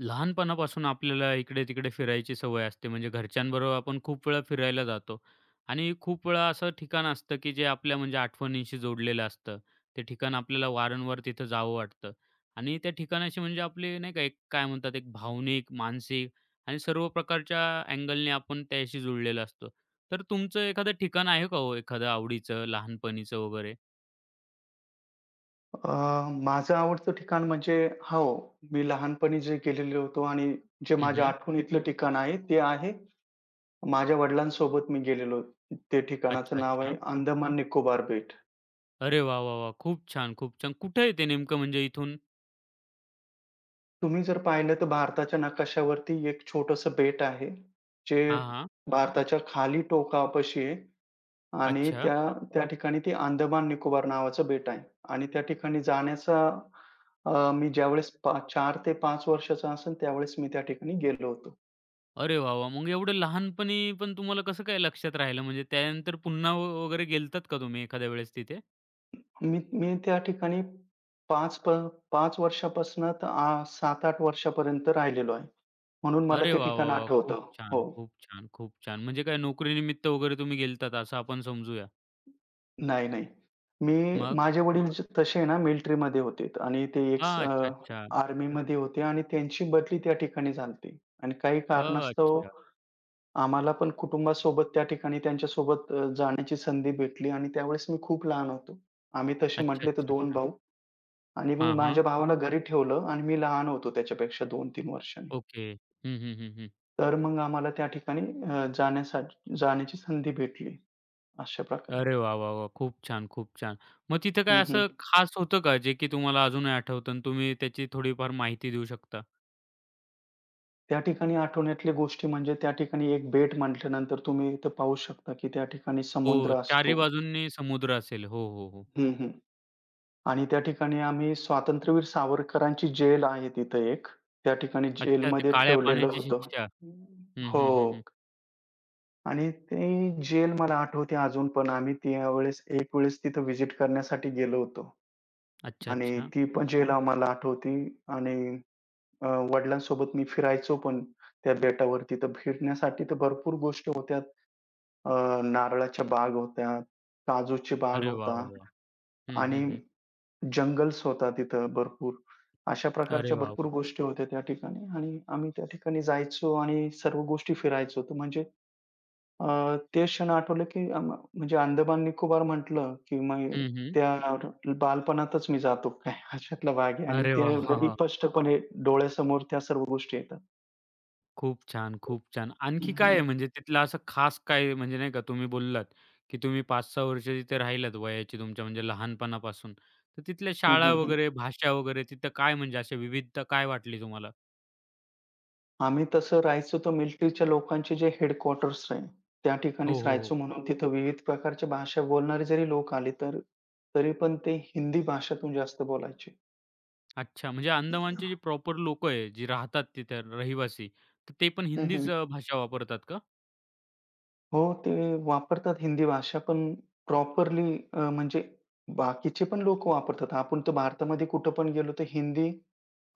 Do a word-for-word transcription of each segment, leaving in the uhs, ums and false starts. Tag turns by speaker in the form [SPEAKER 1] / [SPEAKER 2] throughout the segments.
[SPEAKER 1] लहानपणापासून आपल्याला इकडे-तिकडे फिरायची सवय असते. म्हणजे घरच्यांबरोबर आपण खूप वेळा फिरायला जातो आणि खूप वेळा असं ठिकाण असतं, की जे आपल्या म्हणजे आठवणींशी जोडलेलं असतं. ते ठिकाण आपल्याला वारंवार तिथं जावं वाटतं आणि त्या ठिकाणाशी म्हणजे आपली नाही का एक काय म्हणतात एक भावनिक, मानसिक आणि सर्व प्रकारच्या अँगलने आपण त्याशी जुळलेलं असतो. तर तुमचं एखादं ठिकाण आहे का हो एखादं आवडीचं, लहानपणीचं वगैरे?
[SPEAKER 2] अ, माझं आवडतं ठिकाण म्हणजे हो, मी लहानपणी जे गेलेलो होतो आणि जे माझ्या
[SPEAKER 1] हं,
[SPEAKER 2] आठवणीतलं ठिकाण आहे, ते आहे माझ्या वडिलांसोबत मी गेलेलो. ते
[SPEAKER 1] अच्छा,
[SPEAKER 2] ठिकाणाचं नाव आहे
[SPEAKER 1] अच्छा.
[SPEAKER 2] अंदमान निकोबार बेट.
[SPEAKER 1] अरे वाह, वाह, वाह! खूप छान, खूप छान. कुठे आहे ते नेमकं म्हणजे इथून?
[SPEAKER 2] तुम्ही जर पाहिलं तर भारताच्या नकाशावरती एक छोटंसं बेट आहे, जे
[SPEAKER 1] हां, हां.
[SPEAKER 2] भारताच्या खाली टोकापाशी आहे आणि
[SPEAKER 1] अच्छा.
[SPEAKER 2] त्या त्या ठिकाणी ते अंदमान निकोबार नावाचं बेट आहे आणि त्या ठिकाणी जाण्याचा अ, मी ज्यावेळेस पा चार ते पाच वर्षाचा असेल त्यावेळेस मी त्या ठिकाणी गेलो होतो.
[SPEAKER 1] अरे वाह, वाह! मग एवढं लहानपणी पण तुम्हाला कसं काय लक्षात राहिलं? म्हणजे त्यानंतर पुन्हा व वगैरे गेलात का तुम्ही एखाद्या वेळेस तिथे?
[SPEAKER 2] मी मी त्या ठिकाणी पाच प पाच वर्षापासून तर आ सात आठ वर्षापर्यंत राहिलेलो आहे. म्हणून मला
[SPEAKER 1] अरे
[SPEAKER 2] ते
[SPEAKER 1] वाह,
[SPEAKER 2] ठिकाण
[SPEAKER 1] वाह, वाह! खूप
[SPEAKER 2] आठवतं.
[SPEAKER 1] छान,
[SPEAKER 2] हो.
[SPEAKER 1] खूप छान, खूप छान. म्हणजे काय नोकरीनिमित्त वगैरे तुम्ही गेलात असं आपण समजूया.
[SPEAKER 2] नाही, नाही. मी
[SPEAKER 1] मग?
[SPEAKER 2] माझे वडील ज तसे आहे ना मिलिटरीमध्ये होते आणि ते एक्स
[SPEAKER 1] हां,
[SPEAKER 2] अ,
[SPEAKER 1] अच्छा, अच्छा.
[SPEAKER 2] आर्मीमध्ये होते आणि त्यांची बदली त्या ठिकाणी झाली होती आणि काही
[SPEAKER 1] अ,
[SPEAKER 2] कारणास्तव
[SPEAKER 1] अच्छा.
[SPEAKER 2] आम्हाला पण कुटुंबासोबत त्या ठिकाणी त्यांच्यासोबत अ, जाण्याची संधी भेटली आणि त्यावेळेस मी खूप लहान होतो. आम्ही तसे
[SPEAKER 1] अच्छा,
[SPEAKER 2] म्हटले तर
[SPEAKER 1] अच्छा,
[SPEAKER 2] दोन
[SPEAKER 1] अच्छा.
[SPEAKER 2] भाऊ. आणि मग
[SPEAKER 1] हां, हां.
[SPEAKER 2] माझ्या भावाला घरी ठेवलं आणि मी लहान होतो त्याच्यापेक्षा दोन तीन वर्षांनी.
[SPEAKER 1] ओके. हं, हं, हं, हं.
[SPEAKER 2] तर मग आम्हाला त्या ठिकाणी अ, जाण्यासाठी जाण्याची संधी भेटली अशा प्रकारे.
[SPEAKER 1] अरे वाह, वाह, वाह! खूप छान, खूप छान. मग तिथं
[SPEAKER 2] हं,
[SPEAKER 1] काय
[SPEAKER 2] हं.
[SPEAKER 1] असं खास होतं का, जे की तुम्हाला अजूनही आठवतं आणि तुम्ही त्याची थोडीफार माहिती देऊ शकता?
[SPEAKER 2] त्या ठिकाणी आठवण्यातल्या गोष्टी म्हणजे त्या ठिकाणी एक बेट म्हटल्यानंतर तुम्ही इथं पाहू शकता, की त्या ठिकाणी
[SPEAKER 1] हो,
[SPEAKER 2] समुद्र
[SPEAKER 1] चारी
[SPEAKER 2] असतो.
[SPEAKER 1] बाजूंनी समुद्र असेल. हो, हो, हो.
[SPEAKER 2] हं, हं. आणि त्या ठिकाणी आम्ही स्वातंत्र्यवीर सावरकरांची जेल आहे तिथं एक. त्या ठिकाणी
[SPEAKER 1] अच्छा, ते
[SPEAKER 2] जेलमध्ये
[SPEAKER 1] काळ्या
[SPEAKER 2] ठेवलेलं
[SPEAKER 1] पाण्याची
[SPEAKER 2] होतं.
[SPEAKER 1] शिक्षा. हं,
[SPEAKER 2] हो.
[SPEAKER 1] हं, हं, हं.
[SPEAKER 2] आणि ती जेल मला आठवते अजून पण आम्ही त्यावेळेस एक वेळेस तिथं व्हिजिट करण्यासाठी गेलो होतो
[SPEAKER 1] अच्छा,
[SPEAKER 2] आणि
[SPEAKER 1] अच्छा.
[SPEAKER 2] ती पण जेल आम्हाला आठवते आणि अ, वडिलांसोबत मी फिरायचो पण त्या बेटावर. तिथं फिरण्यासाठी तर भरपूर गोष्टी होत्या. अ, नारळाच्या बाग होत्या, काजूची बाग
[SPEAKER 1] अरे वाह,
[SPEAKER 2] होता
[SPEAKER 1] वाह, वाह! हं,
[SPEAKER 2] आणि
[SPEAKER 1] हं, हं.
[SPEAKER 2] जंगल्स होता तिथं भरपूर. अशा
[SPEAKER 1] अरे
[SPEAKER 2] प्रकारच्या
[SPEAKER 1] वाह,
[SPEAKER 2] भरपूर
[SPEAKER 1] वाह!
[SPEAKER 2] गोष्टी होत्या त्या ठिकाणी आणि आम्ही त्या ठिकाणी जायचो आणि सर्व गोष्टी फिरायचो. तर म्हणजे अ, ते क्षण आठवले की अ, म्हणजे अंदोबांनी खूप बार म्हटलं, की मग
[SPEAKER 1] हं, हं.
[SPEAKER 2] त्या बालपणातच मी जातो काय अशातला भाग आहे आणि
[SPEAKER 1] अरे
[SPEAKER 2] ते
[SPEAKER 1] वाह! हां,
[SPEAKER 2] लगेच
[SPEAKER 1] हां.
[SPEAKER 2] स्पष्टपणे डोळ्यासमोर त्या सर्व गोष्टी येतात.
[SPEAKER 1] खूप छान, खूप छान.
[SPEAKER 2] हं,
[SPEAKER 1] आणखी काय
[SPEAKER 2] हं.
[SPEAKER 1] आहे म्हणजे तिथलं असं खास काय म्हणजे नाही का तुम्ही बोललात, की तुम्ही पाच सहा वर्ष तिथे राहिलात वयाची तुमच्या म्हणजे लहानपणापासून. तर तिथल्या
[SPEAKER 2] हं,
[SPEAKER 1] शाळा
[SPEAKER 2] हं, हं.
[SPEAKER 1] वगैरे, भाषा वगैरे तिथं काय म्हणजे अशी विविधता काय वाटली तुम्हाला?
[SPEAKER 2] आम्ही तसं राहायचो तर मिलिटरीच्या लोकांचे जे हेडक्वार्टर्स आहे, त्या
[SPEAKER 1] हो,
[SPEAKER 2] ठिकाणीच
[SPEAKER 1] हो, हो.
[SPEAKER 2] राहायचो म्हणून तिथं विविध प्रकारच्या भाषा बोलणारे जरी लोक आले तर तरी पण ते हिंदी भाषेतून जास्त बोलायचे.
[SPEAKER 1] अच्छा, म्हणजे अंदमानची जी प्रॉपर लोकं आहे, जी राहतात तिथे रहिवासी, तर ते पण
[SPEAKER 2] हं, हं.
[SPEAKER 1] हिंदीच अ, भाषा वापरतात का?
[SPEAKER 2] हो, ते वापरतात हिंदी भाषा पण प्रॉपरली अ, म्हणजे बाकीचे पण लोकं वापरतात. आपण तर भारतामध्ये कुठं पण गेलो तर हिंदी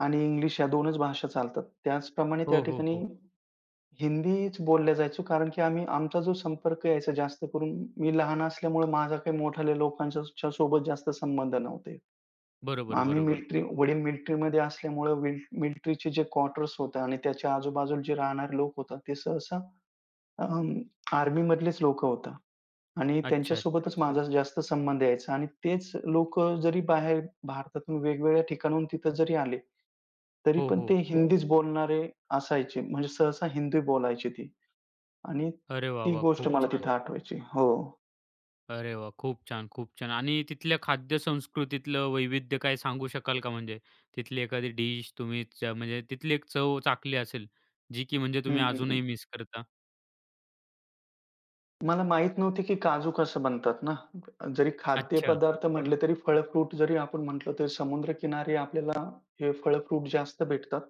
[SPEAKER 2] आणि इंग्लिश या 2च भाषा चालतात. त्याचप्रमाणे त्या
[SPEAKER 1] हो, हो,
[SPEAKER 2] ठिकाणी
[SPEAKER 1] हो.
[SPEAKER 2] हिंदीच बोलल्या जायचो कारण की आम्ही आमचा जो संपर्क यायचा जास्त करून मी लहान असल्यामुळे माझा काही मोठाल्या लोकांच्या च्या सोबत जास्त संबंध नव्हते.
[SPEAKER 1] बरोबर,
[SPEAKER 2] आम्ही
[SPEAKER 1] बरोबर.
[SPEAKER 2] मिलिट्री वडील मिलिट्रीमध्ये असल्यामुळं मिल जे क्वार्टर्स होतं आणि त्याच्या आजूबाजूला जे राहणारे लोक होतात ते सहसा अ, आर्मीमधलेच लोकं होता. आणि
[SPEAKER 1] अच्छा, अच्छा,
[SPEAKER 2] त्यांच्यासोबतच
[SPEAKER 1] अच्छा.
[SPEAKER 2] माझा जास्त संबंध यायचा आणि तेच लोक जरी बाहेर भारतातून वेगवेगळ्या ठिकाणाहून तिथं जरी आले, तरी
[SPEAKER 1] हो,
[SPEAKER 2] पण ते
[SPEAKER 1] हो.
[SPEAKER 2] बरं. हिंदीच बोलणारे असायचे. म्हणजे सहसा हिंदी बोलायची ती आणि
[SPEAKER 1] अरे वाह,
[SPEAKER 2] ती
[SPEAKER 1] वाह!
[SPEAKER 2] गोष्ट
[SPEAKER 1] खूप
[SPEAKER 2] मला बरोबर.
[SPEAKER 1] छान.
[SPEAKER 2] तिथं आठवायची. हो.
[SPEAKER 1] अरे वाह! खूप छान, खूप छान. आणि तिथल्या खाद्य संस्कृतीतलं वैविध्य काय सांगू शकाल का? म्हणजे तिथली एखादी डिश तुम्ही च म्हणजे तिथली एक चव चाखली असेल, जी की म्हणजे तुम्ही
[SPEAKER 2] हं, हं, हं.
[SPEAKER 1] अजूनही मिस करता?
[SPEAKER 2] मला माहीत नव्हती की काजू कसं बनतात ना. जरी
[SPEAKER 1] अच्छा.
[SPEAKER 2] खाद्यपदार्थ म्हटले तरी फळ, फ्रूट जरी आपण म्हटलं, तरी समुद्रकिनारी आपल्याला हे फळ, फ्रूट जास्त भेटतात.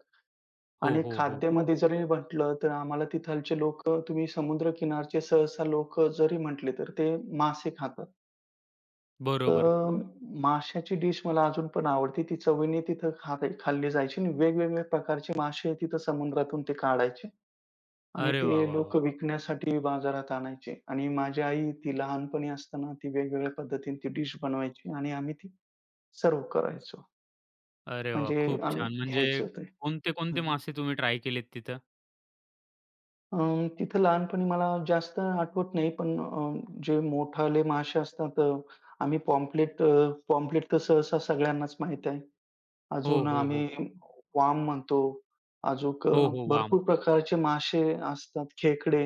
[SPEAKER 1] हो,
[SPEAKER 2] आणि
[SPEAKER 1] हो, हो.
[SPEAKER 2] खाद्यामध्ये जरी म्हटलं, तर आम्हाला तिथालचे लोक तुम्ही समुद्र समुद्रकिनारचे सहसा लोक जरी म्हटले, तर ते मासे खातात.
[SPEAKER 1] बरोबर.
[SPEAKER 2] तर माशाची डिश मला अजून पण आवडते. ती चवीने तिथं खा खाल्ली जायची आणि वेगवेगळ्या प्रकारचे मासे तिथं समुद्रातून ते काढायचे आणि
[SPEAKER 1] अरे वाह,
[SPEAKER 2] ते
[SPEAKER 1] वाह, वाह!
[SPEAKER 2] लोकं विकण्यासाठी बाजारात आणायचे आणि माझी आई ती लहानपणी असताना ती वेगवेगळ्या पद्धतीने ती डिश बनवायची आणि आम्ही ती सर्व्ह करायचो.
[SPEAKER 1] अरे वाह!
[SPEAKER 2] म्हणजे
[SPEAKER 1] खूप
[SPEAKER 2] आम्ही
[SPEAKER 1] छान. म्हणजे
[SPEAKER 2] घ्यायचो ते.
[SPEAKER 1] कोणते-कोणते
[SPEAKER 2] हं.
[SPEAKER 1] मासे तुम्ही ट्राय केलेत तिथं?
[SPEAKER 2] अं, तिथं लहानपणी मला जास्त आठवत नाही, पण अं, जे मोठाले मासे असतात अ, आम्ही पॉम्पलेट अ, पॉम्पलेट तर सहसा सगळ्यांनाच माहीत आहे.
[SPEAKER 1] हो,
[SPEAKER 2] अजून
[SPEAKER 1] हो, हो.
[SPEAKER 2] आम्ही वाम म्हणतो. अजूक अ,
[SPEAKER 1] हो, हो. वाम.
[SPEAKER 2] भरपूर प्रकारचे मासे असतात, खेकडे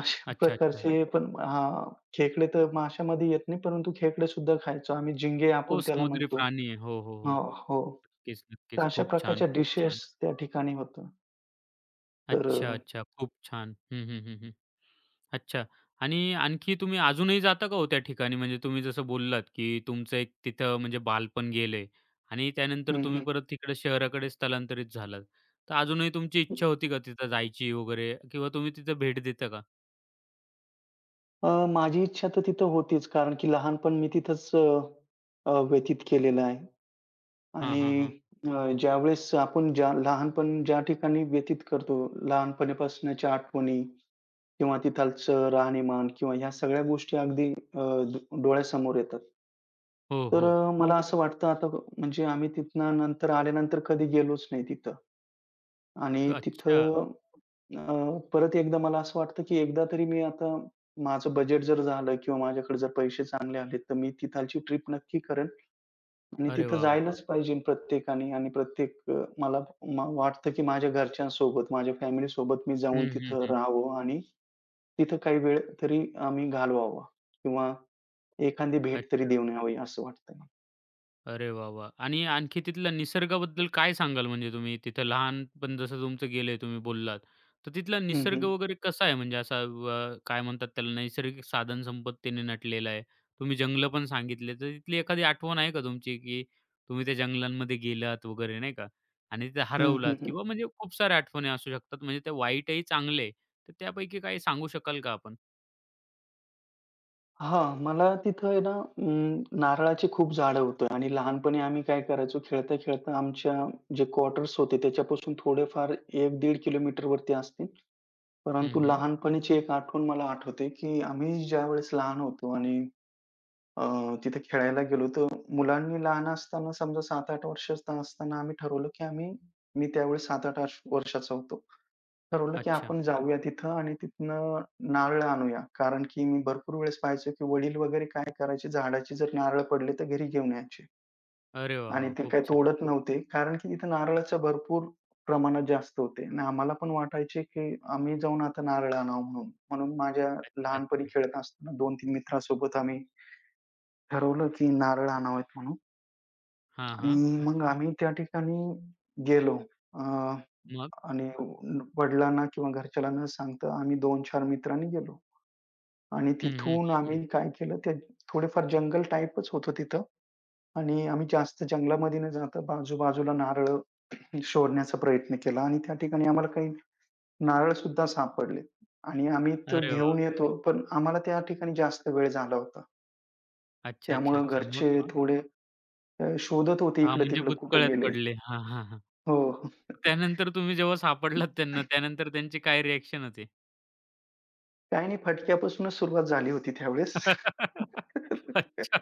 [SPEAKER 2] अशा
[SPEAKER 1] अच्छा, अच्छा.
[SPEAKER 2] प्रकारचे पण हां, खेकडे तर माशामध्ये येत नाही, परंतु खेकडे सुद्धा खायचो आम्ही. झिंगे
[SPEAKER 1] हो,
[SPEAKER 2] आपण त्याला
[SPEAKER 1] समुद्री
[SPEAKER 2] म्हणतो.
[SPEAKER 1] प्राणी आहे. हो, हो, हो.
[SPEAKER 2] हो, हो.
[SPEAKER 1] नक्कीच,
[SPEAKER 2] तर
[SPEAKER 1] नक्कीच.
[SPEAKER 2] अशा
[SPEAKER 1] खूप छान,
[SPEAKER 2] प्रकारच्या
[SPEAKER 1] खूप छान.
[SPEAKER 2] डिशेस त्या ठिकाणी होतं. तर
[SPEAKER 1] अच्छा,
[SPEAKER 2] अ,
[SPEAKER 1] अच्छा. खूप छान. हं, हं, हं, हं. अच्छा आणि आणखी तुम्ही अजूनही जाता का हो त्या ठिकाणी? म्हणजे तुम्ही जसं बोललात, की तुमचं एक तिथं म्हणजे बालपण गेलंय आणि त्यानंतर
[SPEAKER 2] हं,
[SPEAKER 1] तुम्ही
[SPEAKER 2] हं.
[SPEAKER 1] परत तिकडे शहराकडे स्थलांतरित झालात. तर अजूनही तुमची इच्छा होती का तिथं जायची वगैरे किंवा तुम्ही तिथं भेट देता का?
[SPEAKER 2] अ, माझी इच्छा तर तिथं होतीच. कारण की लहानपण मी तिथंच अ, अ, व्यतीत केलेलं आहे
[SPEAKER 1] हां,
[SPEAKER 2] आणि
[SPEAKER 1] हां, हां.
[SPEAKER 2] अ, ज्यावेळेस आपण ज्या लहानपण ज्या ठिकाणी व्यतीत करतो, लहानपणीपासूनच्या आठवणी किंवा तिथालचं राहणीमान किंवा ह्या सगळ्या गोष्टी अगदी अ, द डोळ्यासमोर येतात.
[SPEAKER 1] हो,
[SPEAKER 2] तर
[SPEAKER 1] हो.
[SPEAKER 2] अ, मला हो. असं वाटतं आता म्हणजे आम्ही तिथनं नंतर आल्यानंतर कधी गेलोच नाही तिथं
[SPEAKER 1] क-
[SPEAKER 2] आणि
[SPEAKER 1] अच्छा.
[SPEAKER 2] तिथं अ, परत एकदा मला असं वाटतं, की एकदा तरी मी आता माझं बजेट जर झालं किंवा माझ्याकडे जर पैसे चांगले आले, तर मी तिथालची ट्रिप नक्की करेन आणि
[SPEAKER 1] अरे
[SPEAKER 2] तिथं
[SPEAKER 1] वाह, वाह, वाह!
[SPEAKER 2] जायलाच पाहिजे प्रत्येकाने आणि प्रत्येक अ, मला मा वाटतं, की माझ्या घरच्यांसोबत, माझ्या फॅमिलीसोबत मी
[SPEAKER 1] हं,
[SPEAKER 2] जाऊन
[SPEAKER 1] हं,
[SPEAKER 2] तिथं
[SPEAKER 1] हं.
[SPEAKER 2] राहावं आणि तिथं काही वेळ तरी आम्ही घालवावा किंवा एखादी भेट तरी
[SPEAKER 1] अच्छा.
[SPEAKER 2] देऊन यावी असं वाटतं.
[SPEAKER 1] अरे वाह, वाह! आणि आणखी तिथल्या निसर्गाबद्दल काय सांगाल म्हणजे तुम्ही? तिथं लहानपण जसं तुमचं गेलंय तुम्ही बोललात. तर तिथला
[SPEAKER 2] हं,
[SPEAKER 1] निसर्ग
[SPEAKER 2] हं.
[SPEAKER 1] वगैरे कसा आहे? म्हणजे असा अ, काय म्हणतात त्याला नैसर्गिक साधन संपत्तीने नटलेला आहे. तुम्ही जंगलं पण सांगितले. तर तिथली एखादी आठवण आहे का तुमची, की तुम्ही त्या जंगलांमध्ये गेलात वगैरे नाही का? आणि तिथे
[SPEAKER 2] हं, हं,
[SPEAKER 1] हरवलात
[SPEAKER 2] हं.
[SPEAKER 1] किंवा म्हणजे खूप साऱ्या आठवणी असू शकतात. म्हणजे त्या वाईटही चांगले तर त्यापैकी काही सांगू शकाल का आपण?
[SPEAKER 2] हां, मला तिथं आहे ना अं, नारळाची खूप झाडं होतं आणि लहानपणी आम्ही काय करायचो, खेळता-खेळता आमच्या जे क्वार्टर्स होते त्याच्यापासून थोडेफार एक ते दीड किलोमीटरवरती असतील.
[SPEAKER 1] हं,
[SPEAKER 2] परंतु
[SPEAKER 1] हं.
[SPEAKER 2] लहानपणीची एक आठवण मला आठवते, की आम्ही ज्यावेळेस लहान होतो आणि अ, तिथे खेळायला गेलो, तर मुलांनी लहान असताना समजा सात आठ वर्षाचा असताना आम्ही ठरवलं, की आम्ही मी त्यावेळेस सात आठ वर्षाचा होतो. ठरवलं की
[SPEAKER 1] अच्छा.
[SPEAKER 2] आपण जाऊया तिथं आणि तिथनं नारळ आणूया. कारण की मी भरपूर वेळेस पाहायचो की वडील वगैरे काय करायचे झाडाची जर नारळ पडले तर घरी घेऊन यायचे
[SPEAKER 1] अरे वाह,
[SPEAKER 2] आणि
[SPEAKER 1] वाह!
[SPEAKER 2] ते
[SPEAKER 1] खूप
[SPEAKER 2] काही
[SPEAKER 1] छान.
[SPEAKER 2] तोडत नव्हते. कारण की तिथं नारळाचं भरपूर प्रमाणात जास्त होते आणि आम्हाला पण वाटायचे की आम्ही जाऊन आता नारळ आणावं म्हणून. म्हणून माझ्या
[SPEAKER 1] अच्छा,
[SPEAKER 2] लहानपणी
[SPEAKER 1] अच्छा.
[SPEAKER 2] खेळत असताना दोन तीन मित्रांसोबत आम्ही ठरवलं की नारळ आणावेत म्हणून
[SPEAKER 1] हां,
[SPEAKER 2] आणि
[SPEAKER 1] हां.
[SPEAKER 2] मग आम्ही त्या ठिकाणी गेलो. अ
[SPEAKER 1] मग?
[SPEAKER 2] आणि वडिलांना किंवा घरच्याला न सांगता आम्ही दोन चार मित्रांनी गेलो. आणि
[SPEAKER 1] हं, हं.
[SPEAKER 2] तिथून
[SPEAKER 1] हं, हं.
[SPEAKER 2] आम्ही काय केलं ते थोडेफार जंगल टाइपच होतं तिथं आणि आम्ही जास्त जंगलामध्ये न जाता बाजू-बाजूला नारळ शोधण्याचा प्रयत्न केला आणि त्या ठिकाणी आम्हाला काही नारळसुद्धा सापडले आणि आम्ही तर
[SPEAKER 1] अरे
[SPEAKER 2] घेऊन
[SPEAKER 1] वाह!
[SPEAKER 2] येतो, पण आम्हाला त्या ठिकाणी जास्त वेळ झाला होता.
[SPEAKER 1] अच्छा, अच्छा,
[SPEAKER 2] त्यामुळं
[SPEAKER 1] अच्छा. मग
[SPEAKER 2] घरचे
[SPEAKER 1] मग?
[SPEAKER 2] थोडे अ, शोधत होते
[SPEAKER 1] हां, म्हणजे
[SPEAKER 2] इकडं-तिकडं कुठे
[SPEAKER 1] भुतकळ्यात
[SPEAKER 2] गेले.
[SPEAKER 1] पडले. हां, हां, हां.
[SPEAKER 2] हो. हो.
[SPEAKER 1] त्यानंतर तुम्ही जेव्हा सापडलात त्यांना, त्यानंतर त्यांची काय रिएक्शन होती?
[SPEAKER 2] काही नाही फटक्यापासूनच सुरुवात झाली होती त्यावेळेस.
[SPEAKER 1] अच्छा.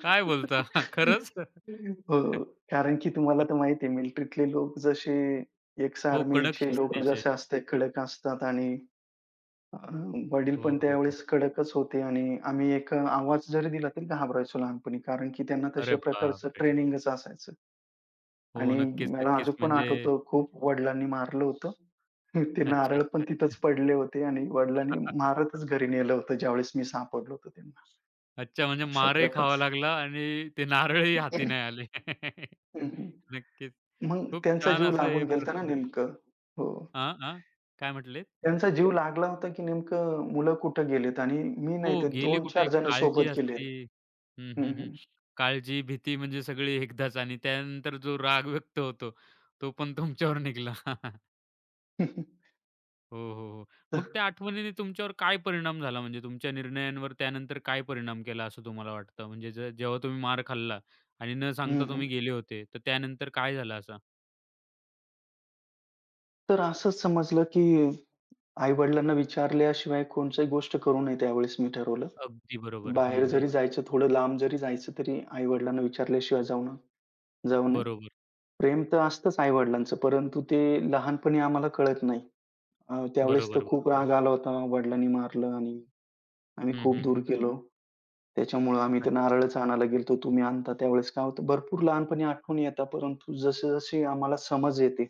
[SPEAKER 1] काय बोलता? खरंच?
[SPEAKER 2] हो, कारण की तुम्हाला तर माहिती आहे मिलिटरीतले लोक जसे एक्स
[SPEAKER 1] हो, कडक
[SPEAKER 2] आर्मीचे लोक
[SPEAKER 1] शिस्तीचे.
[SPEAKER 2] जसे असते कडक असतात आणि अ, वडील
[SPEAKER 1] हो,
[SPEAKER 2] पण
[SPEAKER 1] हो, हो.
[SPEAKER 2] त्यावेळेस कडकच होते आणि आम्ही एक आवाज जरी दिला तरी घाबरायचो लहानपणी कारण की त्यांना
[SPEAKER 1] अरे
[SPEAKER 2] तशा प्रकारचं
[SPEAKER 1] बापरे!
[SPEAKER 2] ट्रेनिंगच असायचं.
[SPEAKER 1] हो,
[SPEAKER 2] आणि
[SPEAKER 1] नक्कीच,
[SPEAKER 2] मला
[SPEAKER 1] नक्कीच.
[SPEAKER 2] अजून पण
[SPEAKER 1] म्हणजे
[SPEAKER 2] आठवतं खूप वडिलांनी मारलं होतं. ते
[SPEAKER 1] अच्छा,
[SPEAKER 2] नारळ पण
[SPEAKER 1] अच्छा,
[SPEAKER 2] तिथंच
[SPEAKER 1] अच्छा.
[SPEAKER 2] पडले होते आणि वडिलांनी मारतच घरी नेलं होतं ज्यावेळेस मी सापडलो होतो त्यांना.
[SPEAKER 1] अच्छा, म्हणजे
[SPEAKER 2] अशा
[SPEAKER 1] मारही खावा
[SPEAKER 2] प्रकारचं.
[SPEAKER 1] लागला आणि ते नारळही हाती
[SPEAKER 2] हं,
[SPEAKER 1] नाही आले. नक्कीच.
[SPEAKER 2] मग
[SPEAKER 1] खूप
[SPEAKER 2] त्यांचा
[SPEAKER 1] छान
[SPEAKER 2] जीव
[SPEAKER 1] असं हे
[SPEAKER 2] लागून गेला होता ना
[SPEAKER 1] प्रसंग
[SPEAKER 2] नेमकं. हो.
[SPEAKER 1] हां, हां. काय म्हटले?
[SPEAKER 2] त्यांचा जीव लागला होता, की नेमकं मुलं कुठं गेलेत आणि मी नाही
[SPEAKER 1] हो,
[SPEAKER 2] तर
[SPEAKER 1] गेली कुठे
[SPEAKER 2] दोन चार
[SPEAKER 1] एक
[SPEAKER 2] जण
[SPEAKER 1] काळजी
[SPEAKER 2] सोबत गेलेत.
[SPEAKER 1] असते. हं,
[SPEAKER 2] हं,
[SPEAKER 1] हं, हं.
[SPEAKER 2] हं.
[SPEAKER 1] काळजी, भीती म्हणजे सगळी एकदाच आणि त्यानंतर जो राग व्यक्त होतो, तो पण तुमच्यावर निघाला.
[SPEAKER 2] तर
[SPEAKER 1] हो, हो, हो. मग त्या आठवणीने तुमच्यावर काय परिणाम झाला? म्हणजे तुमच्या निर्णयांवर त्यानंतर काय परिणाम केला असं तुम्हाला वाटतं? म्हणजे जे जेव्हा तुम्ही मार खाल्ला आणि न सांगता तुम्ही गेले होते, तर त्यानंतर काय झालं असं?
[SPEAKER 2] तर असंच समजलं, की आई-वडिलांना विचारल्याशिवाय कोणतीही गोष्ट करू नये त्यावेळेस मी ठरवलं.
[SPEAKER 1] अगदी बरोबर. हं,
[SPEAKER 2] बाहेर
[SPEAKER 1] हं.
[SPEAKER 2] जरी जायचं, थोडं लांब जरी जायचं, तरी आई-वडिलांना विचारल्याशिवाय जाऊ न जाऊ नये.
[SPEAKER 1] बरोबर,
[SPEAKER 2] प्रेम तर असतंच आई-वडिलांचं, परंतु ते लहानपणी आम्हाला कळत नाही. अ, त्यावेळेस तर
[SPEAKER 1] बरोबर,
[SPEAKER 2] खूप
[SPEAKER 1] बरोबर.
[SPEAKER 2] राग आला होता. वडिलांनी मारलं आणि आम्ही
[SPEAKER 1] हं,
[SPEAKER 2] खूप
[SPEAKER 1] हं,
[SPEAKER 2] दूर
[SPEAKER 1] हं, हं.
[SPEAKER 2] गेलो. त्याच्यामुळं आम्ही ते
[SPEAKER 1] अच्छा.
[SPEAKER 2] नारळच आणायला गेलतो. तुम्ही आणता त्यावेळेस काय होतं भरपूर लहानपणी आठवणी येतात, परंतु जसे-जसे आम्हाला समज येते,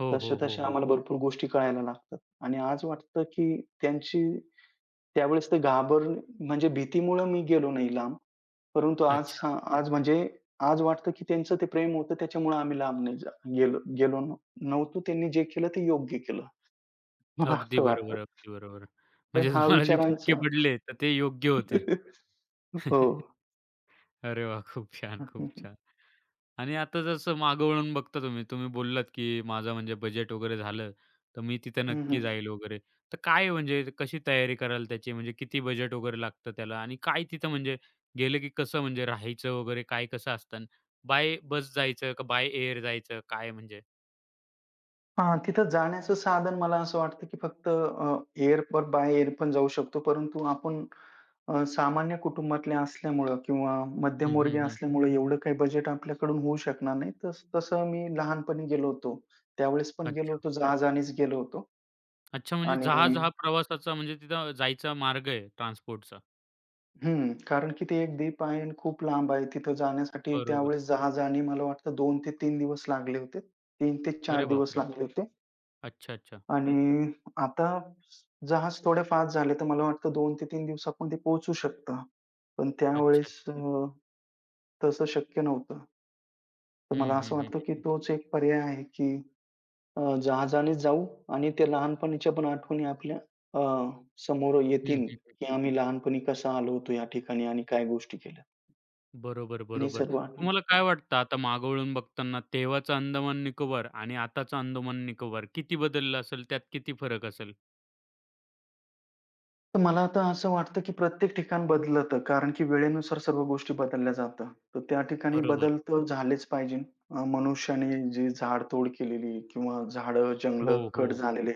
[SPEAKER 1] हो, हो, हो,
[SPEAKER 2] तशा-तशा
[SPEAKER 1] हो.
[SPEAKER 2] आम्हाला भरपूर गोष्टी कळायला लागतात आणि आज वाटतं की त्यांची त्यावेळेस ते घाबर म्हणजे भीतीमुळं मी गेलो नाही लांब. परंतु आज
[SPEAKER 1] अच्छा.
[SPEAKER 2] सा आज म्हणजे आज वाटतं की त्यांचं ते प्रेम होतं त्याच्यामुळं आम्ही लांब नाही जा गेलो गेलो नव्ह नव्हतो. त्यांनी जे केलं ते योग्य केलं. मला
[SPEAKER 1] अगदी
[SPEAKER 2] असं वाटतं.
[SPEAKER 1] बरोबर, अगदी बरोबर.
[SPEAKER 2] तर
[SPEAKER 1] म्हणजे
[SPEAKER 2] हा
[SPEAKER 1] तुम्हाला जे फटके
[SPEAKER 2] विचारांचा
[SPEAKER 1] पडले, तर ते योग्य होते.
[SPEAKER 2] हो.
[SPEAKER 1] अरे वाह! खूप छान,
[SPEAKER 2] हं,
[SPEAKER 1] खूप
[SPEAKER 2] हं, हं.
[SPEAKER 1] छान. आणि आता जसं मागं वळून बघता तुम्ही, तुम्ही बोललात, की माझं म्हणजे बजेट वगैरे झालं, तर मी तिथे नक्की जाईल वगैरे. तर काय म्हणजे कशी तयारी कराल त्याची? म्हणजे किती बजेट वगैरे लागतं त्याला आणि काय तिथं म्हणजे गेलं की कसं म्हणजे राहायचं वगैरे काय कसं असतं? बाय बस जायचं का बाय एअर जायचं? काय म्हणजे?
[SPEAKER 2] तिथं जाण्याचं साधन मला असं वाटतं, की फक्त अ, एअरपोर्ट बाय एअर पण जाऊ शकतो. परंतु आपण अ, सामान्य कुटुंबातले असल्यामुळं किंवा
[SPEAKER 1] हं,
[SPEAKER 2] मध्यमवर्गीय
[SPEAKER 1] हं, हं.
[SPEAKER 2] असल्यामुळं एवढं काही बजेट आपल्याकडून होऊ शकणार नाही. तस तसं मी लहानपणी गेलो होतो. त्यावेळेस पण गेलो
[SPEAKER 1] अच्छा.
[SPEAKER 2] होतो, जहाजानेच गेलो होतो
[SPEAKER 1] अच्छा, म्हणजे
[SPEAKER 2] आणि
[SPEAKER 1] जहाज हा प्रवासाचा म्हणजे तिथं जायचा मार्ग आहे ट्रान्सपोर्टचा.
[SPEAKER 2] हं, कारण की ते एक द्वीप आहे आणि खूप लांब आहे. तिथं जाण्यासाठी
[SPEAKER 1] बरोबर.
[SPEAKER 2] त्यावेळेस जहाजाने मला वाटतं दोन ते तीन दिवस लागले होते. तीन ते चार
[SPEAKER 1] अरे
[SPEAKER 2] दिवस
[SPEAKER 1] बापरे!
[SPEAKER 2] लागले होते.
[SPEAKER 1] अच्छा, अच्छा.
[SPEAKER 2] आणि आता जहाज थोडे फास्ट झाले, तर मला वाटतं दोन ते तीन दिवसात पण ते पोहोचू शकतं. पण
[SPEAKER 1] अच्छा, अच्छा.
[SPEAKER 2] त्यावेळेस अ, तसं शक्य नव्हतं. तर मला
[SPEAKER 1] हं,
[SPEAKER 2] असं
[SPEAKER 1] हं, हं,
[SPEAKER 2] वाटतं, की
[SPEAKER 1] हं.
[SPEAKER 2] तोच एक पर्याय आहे, की अ, जहाजाने जाऊ आणि त्या लहानपणीच्या पण आठवणी आपल्या अ, समोर
[SPEAKER 1] हं,
[SPEAKER 2] येतील,
[SPEAKER 1] हं, हं.
[SPEAKER 2] की आम्ही लहानपणी कसं आलो होतो या ठिकाणी आणि काय गोष्टी केल्या
[SPEAKER 1] बरोबर,
[SPEAKER 2] आणि
[SPEAKER 1] बरोबर.
[SPEAKER 2] सर्व आठवणी.
[SPEAKER 1] तुम्हाला काय
[SPEAKER 2] हो.
[SPEAKER 1] वाटतं आता मागवळून बघताना तेव्हाचं अंदमान निकोबार आणि आताचं अंदमान निकोबार किती बदललं असेल? त्यात किती फरक असेल?
[SPEAKER 2] तर मला आता असं वाटतं, की प्रत्येक ठिकाण बदलतं. कारण की वेळेनुसार सर्व गोष्टी बदलल्या जातात. तर त्या ठिकाणी बदल
[SPEAKER 1] बरोबर.
[SPEAKER 2] तर झालेच पाहिजे. अ, मनुष्याने जी झाडतोड केलेली किंवा झाडं,
[SPEAKER 1] हो,
[SPEAKER 2] जंगलं कट
[SPEAKER 1] हो.
[SPEAKER 2] झालेले,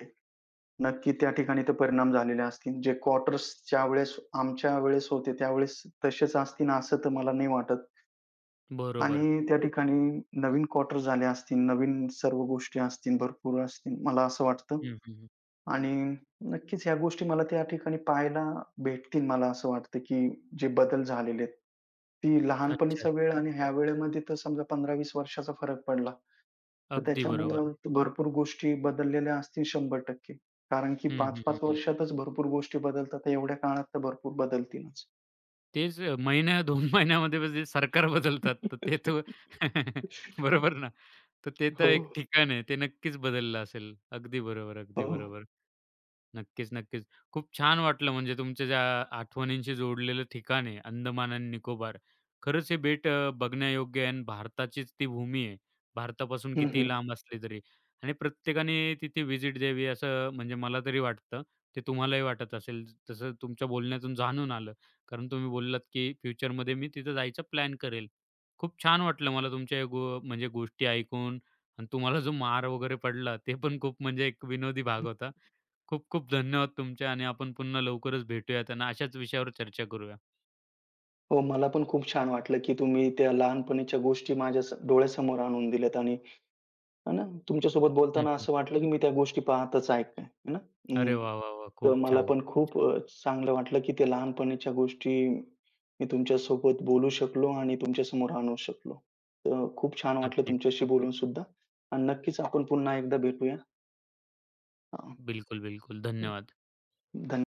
[SPEAKER 2] नक्की त्या ठिकाणी तर परिणाम झालेले असतील. जे क्वार्टर्स ज्यावेळेस आमच्या वेळेस होते, त्यावेळेस तसेच असतील असं तर मला नाही वाटत.
[SPEAKER 1] बरोबर.
[SPEAKER 2] आणि त्या ठिकाणी नवीन क्वार्टर झाले असतील, नवीन सर्व गोष्टी असतील, भरपूर असतील, मला असं वाटतं.
[SPEAKER 1] हं, हं, हं.
[SPEAKER 2] आणि नक्कीच ह्या गोष्टी मला त्या ठिकाणी पाहायला भेटतील मला असं वाटतं, की जे बदल झालेले आहेत. ती
[SPEAKER 1] अच्छा.
[SPEAKER 2] लहानपणीचा वेळ आणि ह्या वेळेमध्ये तर समजा पंधरा वीस वर्षाचा फरक पडला. तर
[SPEAKER 1] अगदी
[SPEAKER 2] त्याच्यामुळं
[SPEAKER 1] बरोबर.
[SPEAKER 2] अगदी. भरपूर गोष्टी बदललेल्या असतील शंभर टक्के कारण की
[SPEAKER 1] हं, हं,
[SPEAKER 2] पाच पाच
[SPEAKER 1] हं, हं.
[SPEAKER 2] वर्षातच भरपूर गोष्टी बदलतात. तर एवढ्या काळात तर भरपूर बदलतीलच.
[SPEAKER 1] तेच अ, महिन्या दोन महिन्यामध्ये म्हणजे सरकार बदलतात. तर ते तर बरोबर ना. तर ते
[SPEAKER 2] हो,
[SPEAKER 1] तर एक
[SPEAKER 2] हो.
[SPEAKER 1] ठिकाण आहे. ते नक्कीच बदललं असेल. अगदी बरोबर, अगदी
[SPEAKER 2] हो.
[SPEAKER 1] बरोबर. नक्कीच, नक्कीच. खूप छान वाटलं म्हणजे तुमच्या ज्या आठवणींशी जोडलेलं ठिकाण आहे अंदमान आणि निकोबार. खरंच हे बेट अ, बघण्यायोग्य आहे आणि भारताचीच ती भूमी आहे. भारतापासून किती
[SPEAKER 2] हं,
[SPEAKER 1] लांब असली तरी आणि प्रत्येकाने तिथे व्हिजिट द्यावी असं म्हणजे मला तरी वाटतं. ते तुम्हालाही वाटत असेल तसं तुमच्या बोलण्यातून जाणून आलं. कारण तुम्ही बोललात, की फ्युचरमध्ये मी तिथं जायचा प्लॅन करेल. खूप छान वाटलं मला तुमच्या या गो म्हणजे गोष्टी ऐकून आणि तुम्हाला जो मार वगैरे पडला ते पण खूप म्हणजे एक विनोदी भाग होता. खूप खूप धन्यवाद तुमचे आणि आपण पुन्हा लवकरच भेटूयात आणि अशाच विषयावर चर्चा करूया.
[SPEAKER 2] हो, मला पण खूप छान वाटलं, की तुम्ही त्या लहानपणीच्या गोष्टी माझ्या स डोळ्यासमोर आणून दिल्यात आणि आहे ना. तुमच्यासोबत
[SPEAKER 1] हं,
[SPEAKER 2] बोलताना
[SPEAKER 1] हं.
[SPEAKER 2] असं वाटलं, की मी त्या गोष्टी पाहतच आहे काय, आहे ना.
[SPEAKER 1] अरे
[SPEAKER 2] हं.
[SPEAKER 1] वाह, वाह, वाह!
[SPEAKER 2] तर
[SPEAKER 1] खूप
[SPEAKER 2] मला
[SPEAKER 1] छान,
[SPEAKER 2] पण
[SPEAKER 1] खूप
[SPEAKER 2] खूप
[SPEAKER 1] छान.
[SPEAKER 2] अ, चांगलं वाटलं, की त्या लहानपणीच्या गोष्टी मी तुमच्यासोबत बोलू शकलो आणि तुमच्यासमोर आणू शकलो. तर खूप छान वाटलं
[SPEAKER 1] नक्कीच.
[SPEAKER 2] तुमच्याशी बोलून सुद्धा आणि नक्कीच आपण पुन्हा एकदा भेटूया. हां.
[SPEAKER 1] बिलकुल, बिलकुल. धन्यवाद.
[SPEAKER 2] धन्यवाद.